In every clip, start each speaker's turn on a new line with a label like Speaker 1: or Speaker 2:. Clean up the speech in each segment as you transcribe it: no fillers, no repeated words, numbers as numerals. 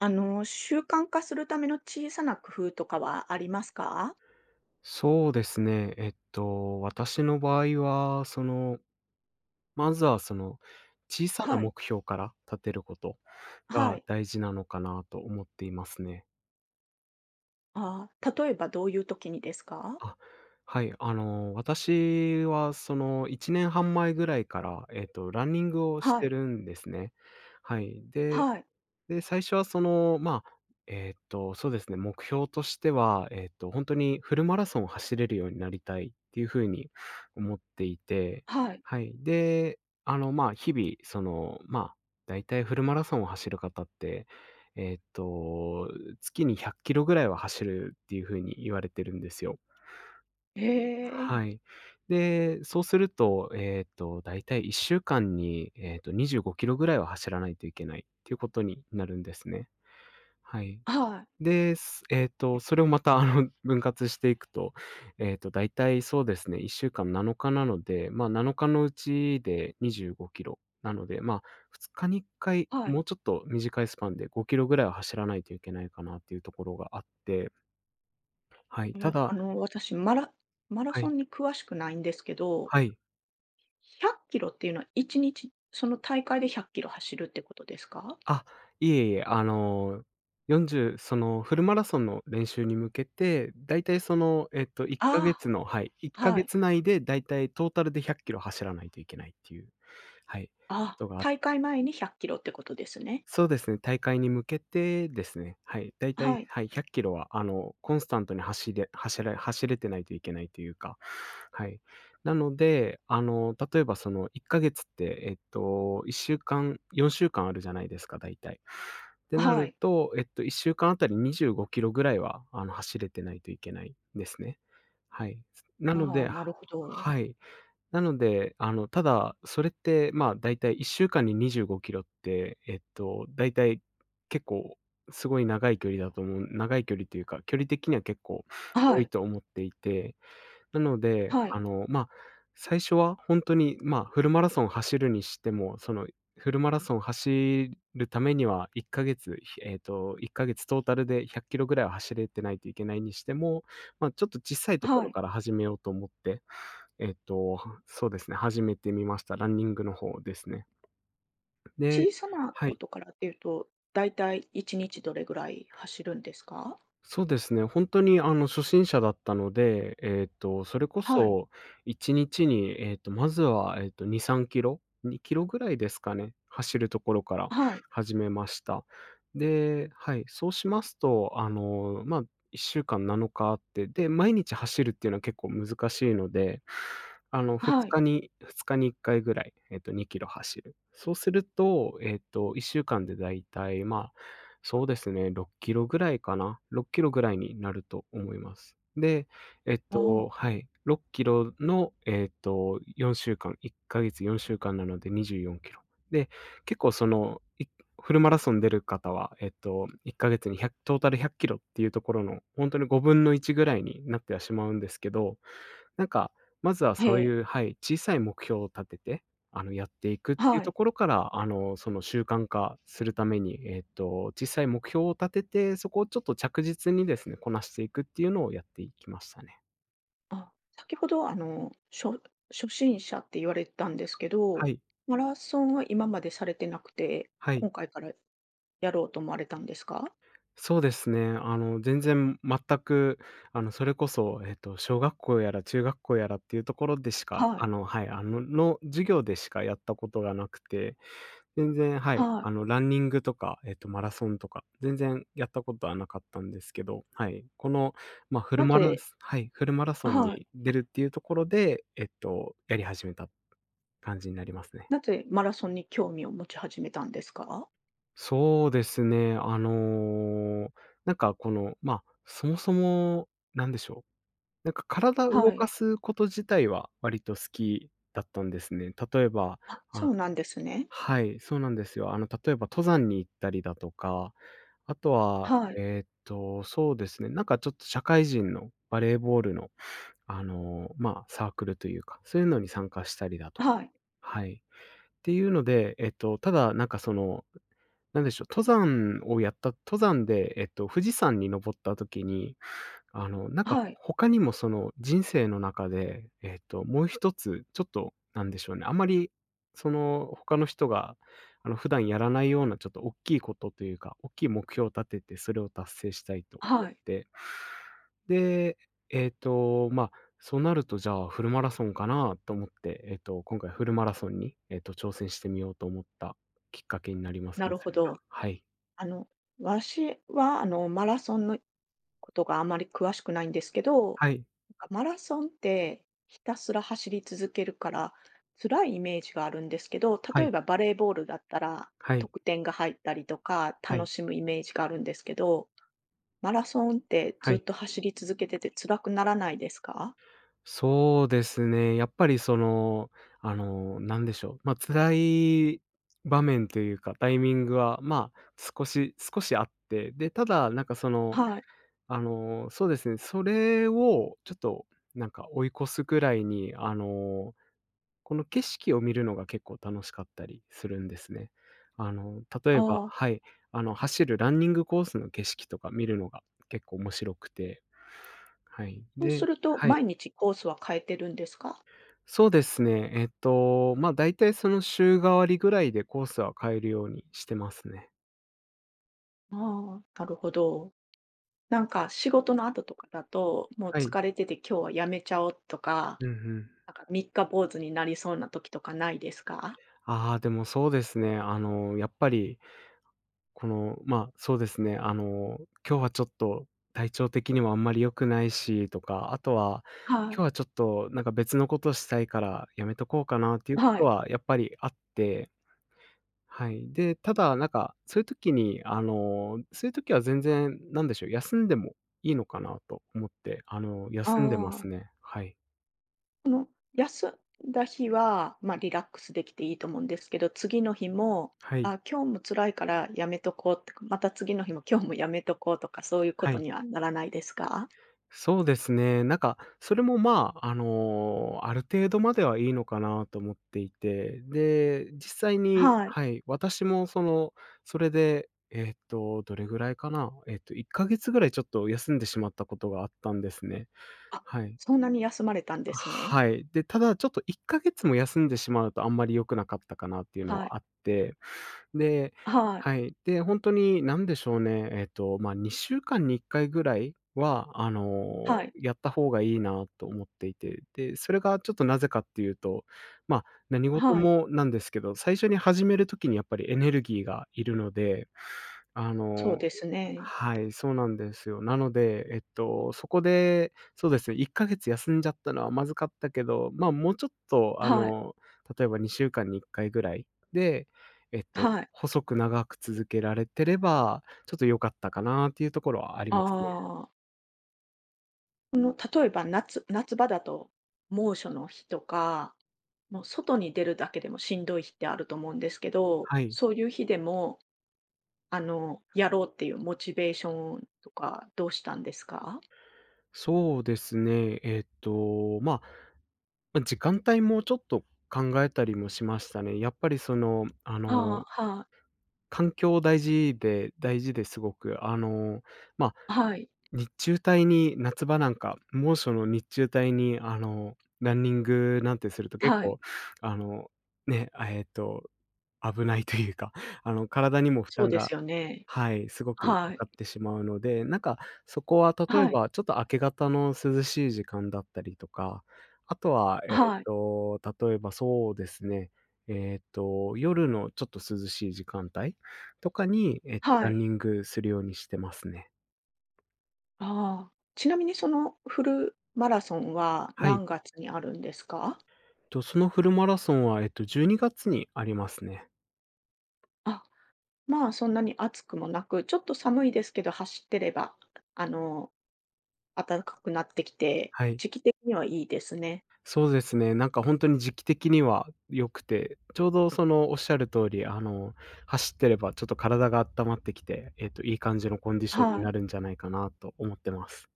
Speaker 1: あの、習慣化するための小さな工夫とかはありますか？
Speaker 2: そうですね。私の場合は、まずは小さな
Speaker 1: はい。
Speaker 2: 目標から立てること
Speaker 1: は
Speaker 2: が
Speaker 1: い。
Speaker 2: 大事なのかなと思っていますね。
Speaker 1: あー、例えばどういう時にですか？
Speaker 2: あ、はい。私は1年半前ぐらいから、ランニングをし
Speaker 1: は
Speaker 2: て
Speaker 1: い。
Speaker 2: るんですね。はい。で
Speaker 1: はい。
Speaker 2: で、最初はまあ、そうですね、目標としては、本当にフルマラソンを走れるようになりたいっていう風に思っていて、
Speaker 1: はい。
Speaker 2: はい。で、まあ、日々、まあ、だいたいフルマラソンを走る方って、えーっと、月に100キロぐらいは走るっていう風に言われてるんですよ。
Speaker 1: ええ。
Speaker 2: はい。で、そうすると、だいたい1週間に、25キロぐらいは走らないといけないっていうことになるんですね。はい。
Speaker 1: はい。
Speaker 2: で、すえっと、それをまた、分割していくと、だいたいそうですね、1週間7日なのかなので、まあ、7日のうちで25キロなので、まあ、2日に1回、
Speaker 1: は
Speaker 2: も
Speaker 1: い。
Speaker 2: うちょっと短いスパンで5キロぐらいは走らないといけないかなっていうところがあって、はい、た
Speaker 1: えあ
Speaker 2: だ、
Speaker 1: の、私、マラマラ
Speaker 2: は
Speaker 1: ソン
Speaker 2: い、
Speaker 1: に詳しくないんですけど、
Speaker 2: はい。
Speaker 1: 100キロっていうのは1日、その大会で100キロ走るってことですか？
Speaker 2: あ、いえいえ、あの、40そのフルマラソンの練習に向けて、だいたい1か月
Speaker 1: あ
Speaker 2: の、はい、1
Speaker 1: あー、は
Speaker 2: か
Speaker 1: い。
Speaker 2: 月内でだいたいトータルで100キロ走らないといけないっていう、はい、こ
Speaker 1: あー、
Speaker 2: とがあ
Speaker 1: 大会前に100キロってことですね。
Speaker 2: そうですね、大会に向けてですね、はい、だいた
Speaker 1: は
Speaker 2: い、
Speaker 1: い。
Speaker 2: はい、100キロは、コンスタントに走れてないといけないというか、はい。なので、例えば1ヶ月って、1週間、4週間あるじゃないですか、だいたい。ってな
Speaker 1: は
Speaker 2: る
Speaker 1: い。
Speaker 2: と、1週間あたり25キロぐらいは、走れてないといけないですね。はい。なの
Speaker 1: ああ、
Speaker 2: で、
Speaker 1: なるほど。
Speaker 2: はい。なので、ただ、それって、まあ、だいたい1週間に25キロって、だいたい結構、すごい長い距離だと思う長い距離というか、距離的には結構
Speaker 1: は
Speaker 2: 多い
Speaker 1: い。
Speaker 2: と思っていて、なので、
Speaker 1: はい。
Speaker 2: まあ、最初は本当に、まあ、フルマラソン走るにしても、フルマラソン走るためには1ヶ月、ひえっと、1ヶ月トータルで100キロぐらいは走れてないといけないにしても、まあ、ちょっと小さいとこ
Speaker 1: は
Speaker 2: ろ
Speaker 1: い。
Speaker 2: から始めようと思って、えっと、そうですね、始めてみました。ランニングの方ですね。で、
Speaker 1: 小さな
Speaker 2: は
Speaker 1: こ
Speaker 2: い。
Speaker 1: とからっていうと、だいたい1日どれぐらい走るんですか？
Speaker 2: そうですね、本当に初心者だったので、それこ
Speaker 1: はい、
Speaker 2: そ1日にちに、まずは、2、3キロ、2キロぐらいですかね、走るところから
Speaker 1: はい、
Speaker 2: 始めました。で、はい、そうしますと、まあ、1週間7日あって、で、毎日走るっていうのは結構難しいので、2
Speaker 1: はい。
Speaker 2: 日に2日に1回ぐらい、2キロ走る。そうすると、1週間でだいたい、まあ、そうですね、6キロぐらいかな。6キロぐらいになると思います。で、
Speaker 1: ああ、
Speaker 2: はい、6キロの、4週間、1ヶ月4週間なので24キロ。で、結構フルマラソン出る方は、1ヶ月に1トータル100キロっていうところの、本当に5分の1ぐらいになってはしまうんですけど、なんか、まずは
Speaker 1: へ
Speaker 2: そう
Speaker 1: え、
Speaker 2: いう、はい、小さい目標を立てて、やっていくっていう
Speaker 1: は
Speaker 2: と
Speaker 1: い。
Speaker 2: ころから、習慣化するために、小さい目標を立てて、そこをちょっと着実にですね、こなしていくっていうのをやっていきましたね。
Speaker 1: あ、先ほどあの、初心者って言われたんですけど、
Speaker 2: はい、
Speaker 1: マラソンは今までされてなくて、
Speaker 2: はい。
Speaker 1: 今回からやろうと思われたんですか？
Speaker 2: そうですね。全然全く、それこそ、小学校やら中学校やらっていうところでしか、
Speaker 1: はい、
Speaker 2: はい、あのの授業でしかやったことがなくて、全然、はい。
Speaker 1: はい。
Speaker 2: ランニングとか、マラソンとか、全然やったことはなかったんですけど、はい。この、まあ、フル
Speaker 1: な
Speaker 2: マラ
Speaker 1: ぜ
Speaker 2: スはい、フルマラソン
Speaker 1: はい、
Speaker 2: に出るっていうところで、やり始めた感じになりますね。
Speaker 1: なぜマラソンに興味を持ち始めたんですか？
Speaker 2: そうですね。なんかこの、まあ、そもそも、なんでしょう、なんか体を動
Speaker 1: はい。
Speaker 2: かすこと自体は割と好きだったんですね。例えば、
Speaker 1: あ、そ
Speaker 2: あ
Speaker 1: うなんですね。
Speaker 2: はい、そうなんですよ。例えば登山に行ったりだとか、あとは、
Speaker 1: はい、
Speaker 2: そうですね、なんかちょっと社会人のバレーボールの、まあ、サークルというか、そういうのに参加したりだと、
Speaker 1: はい、
Speaker 2: はい。っていうので、ただ、なんかなんでしょう、登山で、富士山に登った時に、なんか、
Speaker 1: はい、
Speaker 2: 他にもその人生の中で、もう一つちょっと、なんでしょうね、あまり、他の人が、普段やらないようなちょっと大きいことというか、大きい目標を立てて、それを達成したいと思っ
Speaker 1: はい。
Speaker 2: て。で、まあ、そうなると、じゃあ、フルマラソンかなと思って、今回フルマラソンに、挑戦してみようと思ったきっかけになります
Speaker 1: な
Speaker 2: ね、
Speaker 1: る
Speaker 2: そ
Speaker 1: ほ
Speaker 2: れが。
Speaker 1: ど。
Speaker 2: はい。
Speaker 1: あの、私は、あの、マラソンのことがあまり詳しくないんですけど、
Speaker 2: はい。
Speaker 1: なんかマラソンってひたすら走り続けるから辛いイメージがあるんですけど、
Speaker 2: は
Speaker 1: 例え
Speaker 2: い。
Speaker 1: ばバレーボールだったら
Speaker 2: はい。
Speaker 1: 得点が入ったりとか
Speaker 2: は
Speaker 1: 楽
Speaker 2: い。
Speaker 1: しむイメージがあるんですけど、マラソンって
Speaker 2: は
Speaker 1: ずっ
Speaker 2: い。
Speaker 1: と走り続けてて辛くならないですか？
Speaker 2: そうですね。やっぱりなんでしょう、まあ、辛い場面というか、タイミングは、まあ、少しあって、で、ただ、なんか
Speaker 1: はい。
Speaker 2: そうですね、それをちょっとなんか追い越すぐらいに、この景色を見るのが結構楽しかったりするんですね。例
Speaker 1: あ
Speaker 2: えば、
Speaker 1: あ、
Speaker 2: はい、走るランニングコースの景色とか見るのが結構面白くて、はい。
Speaker 1: そうす
Speaker 2: で、
Speaker 1: ると
Speaker 2: はい。
Speaker 1: 毎日コースは変えてるんですか？
Speaker 2: そうですね。ま、大体週替わりぐらいでコースは変えるようにしてますね。
Speaker 1: ああ、なるほど。なんか仕事の後とかだと、もう
Speaker 2: はい。
Speaker 1: 疲れてて今日はやめちゃおうとか、
Speaker 2: うんうん。
Speaker 1: なんか三日坊主になりそうな時とかないですか？
Speaker 2: ああ、でもそうですね。やっぱり、この、ま、そうですね、今日はちょっと体調的にもあんまり良くないしとか、あとは、
Speaker 1: はい。
Speaker 2: 今日はちょっとなんか別のことしたいからやめとこうかなっていうこ
Speaker 1: は
Speaker 2: と
Speaker 1: い。
Speaker 2: はやっぱりあって、はい。で、ただ、なんか、そういう時に、そういう時は全然、なんでしょう、休んでもいいのかなと思って、
Speaker 1: あ
Speaker 2: 休んでま
Speaker 1: あ。
Speaker 2: すね。はい。
Speaker 1: その休んだ日は、ま、リラックスできていいと思うんですけど、次の日も、
Speaker 2: はい。
Speaker 1: あ、今日も辛いからやめとこうとか、また次の日も今日もやめとこうとか、そういうこ
Speaker 2: は
Speaker 1: と
Speaker 2: い。
Speaker 1: にはならないですか？
Speaker 2: そうですね。なんか、それも、まあ、ある程度まではいいのかなと思っていて、で、実際に、
Speaker 1: はい。
Speaker 2: はい、私も、それで、どれぐらいかな、1ヶ月ぐらいちょっと休んでしまったことがあったんですね。
Speaker 1: あ、
Speaker 2: はい。
Speaker 1: そんなに休まれたんですね。
Speaker 2: はい。で、ただちょっと1ヶ月も休んでしまうとあんまり良くなかったかなっていうの
Speaker 1: はい。
Speaker 2: はあって、で、
Speaker 1: はい。
Speaker 2: はい。で、ほんとに何でしょうね、2週間に1回ぐらいは、
Speaker 1: はい。
Speaker 2: やった方がいいなと思っていて、で、それがちょっとなぜかっていうと、ま、何事
Speaker 1: はい。
Speaker 2: もなんですけど、最初に始める時にやっぱりエネルギーがいるので、あ
Speaker 1: そう
Speaker 2: の
Speaker 1: ですね。
Speaker 2: はい、そうなんですよ。なので、そこで、そうですね、1ヶ月休んじゃったのはまずかったけど、もうちょっと、
Speaker 1: はい。
Speaker 2: 例えば2週間に1回ぐらいで、
Speaker 1: はい。
Speaker 2: 細く長く続けられてれば、ちょっと良かったかなっていうところはありますね。
Speaker 1: ああ、その、例えば夏場だと、猛暑の日とか、もう外に出るだけでもしんどい日ってあると思うんですけど、
Speaker 2: はい。
Speaker 1: そういう日でも、あの、やろうっていうモチベーションとかどうしたんですか？
Speaker 2: そうですね、時間帯もちょっと考えたりもしましたね。やっぱり
Speaker 1: はあ、はい
Speaker 2: 環境大事ですごく、まあ
Speaker 1: はい、
Speaker 2: 日中帯に、夏場なんか、猛暑の日中帯に、ランニングなんてすると結
Speaker 1: はい、
Speaker 2: 構、あの、ね、あ、えっと、危ないというか、あの、体にも負
Speaker 1: そう
Speaker 2: 担
Speaker 1: です
Speaker 2: が
Speaker 1: よね。
Speaker 2: はい、すごくか
Speaker 1: はい、
Speaker 2: かってしまうので、なんか、そこは例え
Speaker 1: はい、
Speaker 2: ば、ちょっと明け方の涼しい時間だったりとか、あとは、
Speaker 1: はい、
Speaker 2: 例えばそうですね、夜のちょっと涼しい時間帯とかに、
Speaker 1: は
Speaker 2: ラン
Speaker 1: い。
Speaker 2: ニングするようにしてますね。
Speaker 1: ああ、ちなみにそのフルマラソンは
Speaker 2: はい。
Speaker 1: 何月にあるんですか？
Speaker 2: と、そのフルマラソンは、12月にがつにありますね。
Speaker 1: あ。まあ、そんなに暑くもなく、ちょっと寒いですけど、走ってれば、あの、暖かくなってきて、
Speaker 2: はい。
Speaker 1: 時期的にはいいですね。
Speaker 2: そうですね、なんか本当に時期的には良くて、ちょうどそのおっしゃる通り、走ってればちょっと体が温まってきて、いい感じのコンディションに
Speaker 1: は
Speaker 2: な
Speaker 1: い。
Speaker 2: るんじゃないかなと思ってます。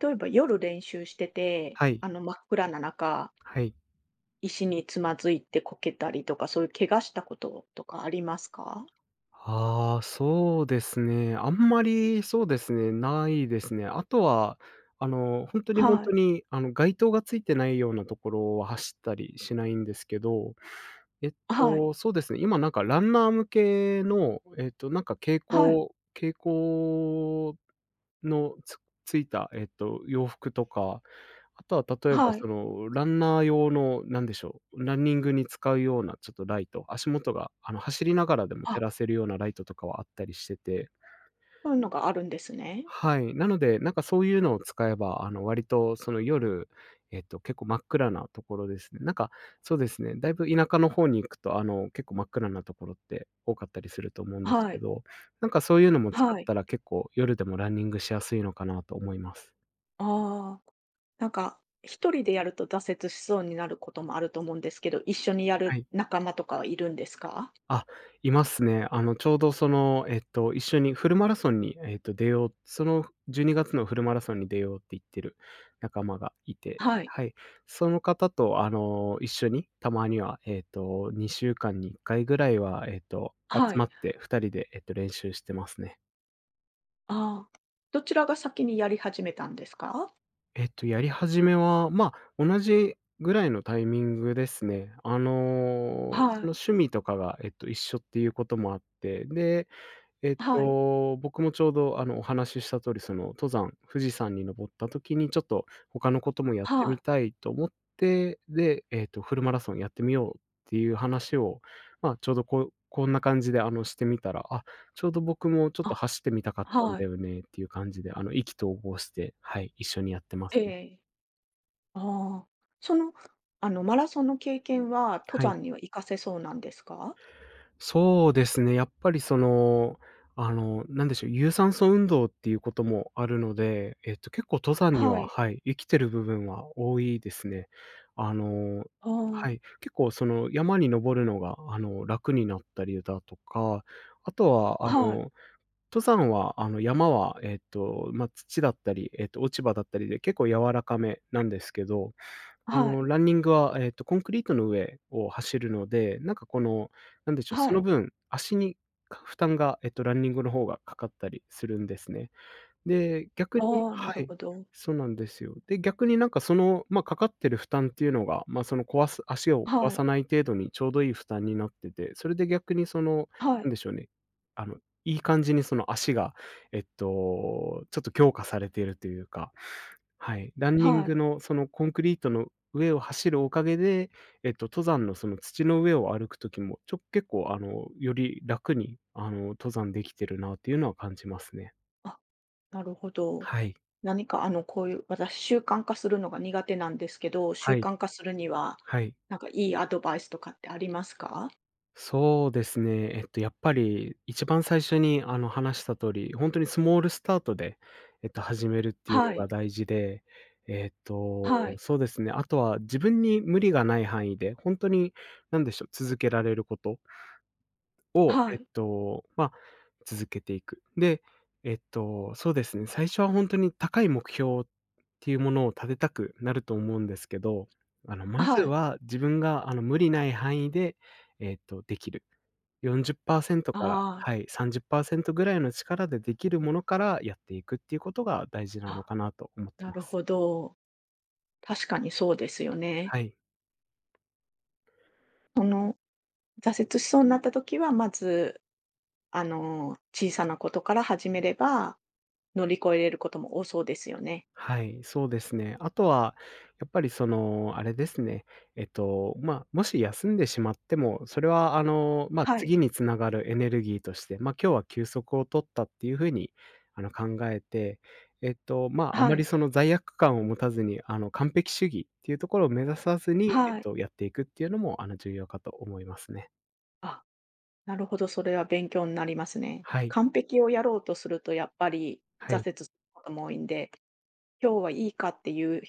Speaker 1: 例えば夜練習してて、
Speaker 2: はい。
Speaker 1: あの、真っ暗な中、
Speaker 2: はい。
Speaker 1: 石につまずいてこけたりとか、そういう怪我したこととかありますか？
Speaker 2: ああ、そうですね。あんまり、そうですね、ないですね。あとは、本当に本
Speaker 1: は
Speaker 2: 当
Speaker 1: い。
Speaker 2: に、街灯がついてないようなところは走ったりしないんですけどえっ
Speaker 1: はい。
Speaker 2: そうですね、今なんかランナー向けの、なんか蛍
Speaker 1: はい。
Speaker 2: 光蛍光のついた、洋服とか、あとは例えば
Speaker 1: はい。
Speaker 2: そのランナー用のなんでしょう、ランニングに使うようなちょっとライト、足元があの走りながらでも
Speaker 1: あ、
Speaker 2: 照らせるようなライトとかはあったりしてて
Speaker 1: そういうのがあるんですね。
Speaker 2: はい。なので、なんかそういうのを使えば、割とその夜、結構真っ暗なところですね。なんか、そうですね、だいぶ田舎の方に行くと、結構真っ暗なところって多かったりすると思うんです
Speaker 1: は
Speaker 2: け
Speaker 1: い。
Speaker 2: ど、なんかそういうのも使っ
Speaker 1: はい。
Speaker 2: たら結構夜でもランニングしやすいのかなと思います。
Speaker 1: ああ。なんか、一人でやると挫折しそうになることもあると思うんですけど、一緒にや
Speaker 2: は
Speaker 1: る
Speaker 2: い。
Speaker 1: 仲間とかはいるんですか？
Speaker 2: あ、いますね。ちょうどその、一緒にフルマラソンに、えっと、出ようその12月のフルマラソンに出ようって言ってる仲間がいて、
Speaker 1: はい、
Speaker 2: はい。その方と、一緒にたまには、2週間に1回ぐらいは、
Speaker 1: は
Speaker 2: 集
Speaker 1: い、
Speaker 2: まって2人で、練習してますね。
Speaker 1: ああ。どちらが先にやり始めたんですか？
Speaker 2: やり始めは、同じぐらいのタイミングですね。
Speaker 1: は
Speaker 2: その
Speaker 1: い、
Speaker 2: 趣味とかが、一緒っていうこともあって、で、
Speaker 1: はい、
Speaker 2: 僕もちょうどあのお話しした通り、その登山、富士山に登った時にちょっと他のこともやって
Speaker 1: は
Speaker 2: み
Speaker 1: い、
Speaker 2: たいと思って、で、フルマラソンやってみようっていう話を、ちょうどこうこんな感じであのしてみたら、あ、ちょうど僕もちょっと
Speaker 1: あ、
Speaker 2: 走ってみたかったん
Speaker 1: は
Speaker 2: だ
Speaker 1: い、
Speaker 2: よねっていう感じで、あの意気投合して、はい、一緒にやってま
Speaker 1: え
Speaker 2: す
Speaker 1: え
Speaker 2: ね。
Speaker 1: え。ああ。その、あの、マラソンの経験は、登
Speaker 2: はい。
Speaker 1: 山には活かせそうなんですか？
Speaker 2: そうですね、やっぱりなんでしょう、有酸素運動っていうこともあるので、結構登山に
Speaker 1: は
Speaker 2: は、
Speaker 1: い、
Speaker 2: はい、生きてる部分は多いですね。あの、
Speaker 1: ああ、
Speaker 2: はい、結構その山に登るのが、楽になったりだとか、あとは、
Speaker 1: はい、
Speaker 2: 登山は、山は、土だったり、落ち葉だったりで結構柔らかめなんですけど
Speaker 1: はい、
Speaker 2: ランニングは、コンクリートの上を走るので、なんかこの、なんでしょう、そ
Speaker 1: は
Speaker 2: の
Speaker 1: い。
Speaker 2: 分、足に負担が、ランニングの方がかかったりするんですね。で、逆に
Speaker 1: ああ、な
Speaker 2: は
Speaker 1: る
Speaker 2: い、
Speaker 1: ほど。
Speaker 2: そうなんですよ。で、逆になんかその、かかってる負担っていうのが、その足を壊
Speaker 1: は
Speaker 2: さ
Speaker 1: い、
Speaker 2: ない程度にちょうどいい負担になってて、それで逆にその、
Speaker 1: は
Speaker 2: なん
Speaker 1: い、
Speaker 2: でしょうね、あの、いい感じにその足が、ちょっと強化されているというかはい、ランニン
Speaker 1: はい、
Speaker 2: グのそのコンクリートの上を走るおかげで、登山のその土の上を歩くときも、結構より楽に、登山できてるなっていうのは感じますね。
Speaker 1: あなるほど。
Speaker 2: はい、
Speaker 1: 何かあの、こういう、私習慣化するのが苦手なんですけど、習
Speaker 2: はい、
Speaker 1: 慣化するには、
Speaker 2: はい。
Speaker 1: なんかいいアドバイスとかってありますか？
Speaker 2: そうですね。やっぱり一番最初に話した通り、本当にスモールスタートで、始めるっていう
Speaker 1: は
Speaker 2: のが
Speaker 1: い、
Speaker 2: 大事で、えっと、
Speaker 1: はい、
Speaker 2: そうですね、あとは自分に無理がない範囲で、本当に何でしょう、続けられることを、
Speaker 1: はい、
Speaker 2: 続けていく。で、そうですね、最初は本当に高い目標っていうものを立てたくなると思うんですけど、まず
Speaker 1: はい。
Speaker 2: は自分が、無理ない範囲で、えっと、できる40%から、
Speaker 1: あ
Speaker 2: はい、30%ぐらいの力でできるものからやっていくっていうことが大事
Speaker 1: あ、
Speaker 2: なの
Speaker 1: あ、
Speaker 2: かなと思って
Speaker 1: な
Speaker 2: ま
Speaker 1: る
Speaker 2: す。
Speaker 1: ほど。確かにそうですよね。
Speaker 2: はい。
Speaker 1: その、挫折しそうになった時は、まず、あの、小さなことから始めれば、乗り越えれることも多そうですよね。
Speaker 2: はい、そうですね。あとは、やっぱりその、あれですね。もし休んでしまっても、それは
Speaker 1: はい、
Speaker 2: 次につながるエネルギーとして、今日は休息を取ったっていうふうに、考えて、あま
Speaker 1: は
Speaker 2: り
Speaker 1: い、
Speaker 2: その罪悪感を持たずに、完璧主義っていうところを目指さずに、
Speaker 1: はい。
Speaker 2: やっていくっていうのも、重要かと思いますね。
Speaker 1: あなるほど、それは勉強になりますね。
Speaker 2: はい。
Speaker 1: 完璧をやろうとするとやっぱり
Speaker 2: はい。
Speaker 1: 挫折することも多いんで、今日はいいかっていう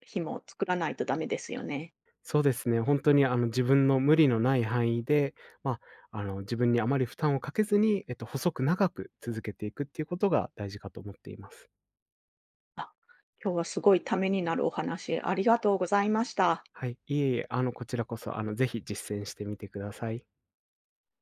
Speaker 1: 日も作らないとダメですよね。
Speaker 2: そうですね、本当に自分の無理のない範囲で、ま自分にあまり負担をかけずに、細く長く続けていくっていうことが大事かと思っています。
Speaker 1: あ、今日はすごいためになるお話ありがとうございました。
Speaker 2: はい、いえいえ、こちらこそ、ぜひ実践してみてください。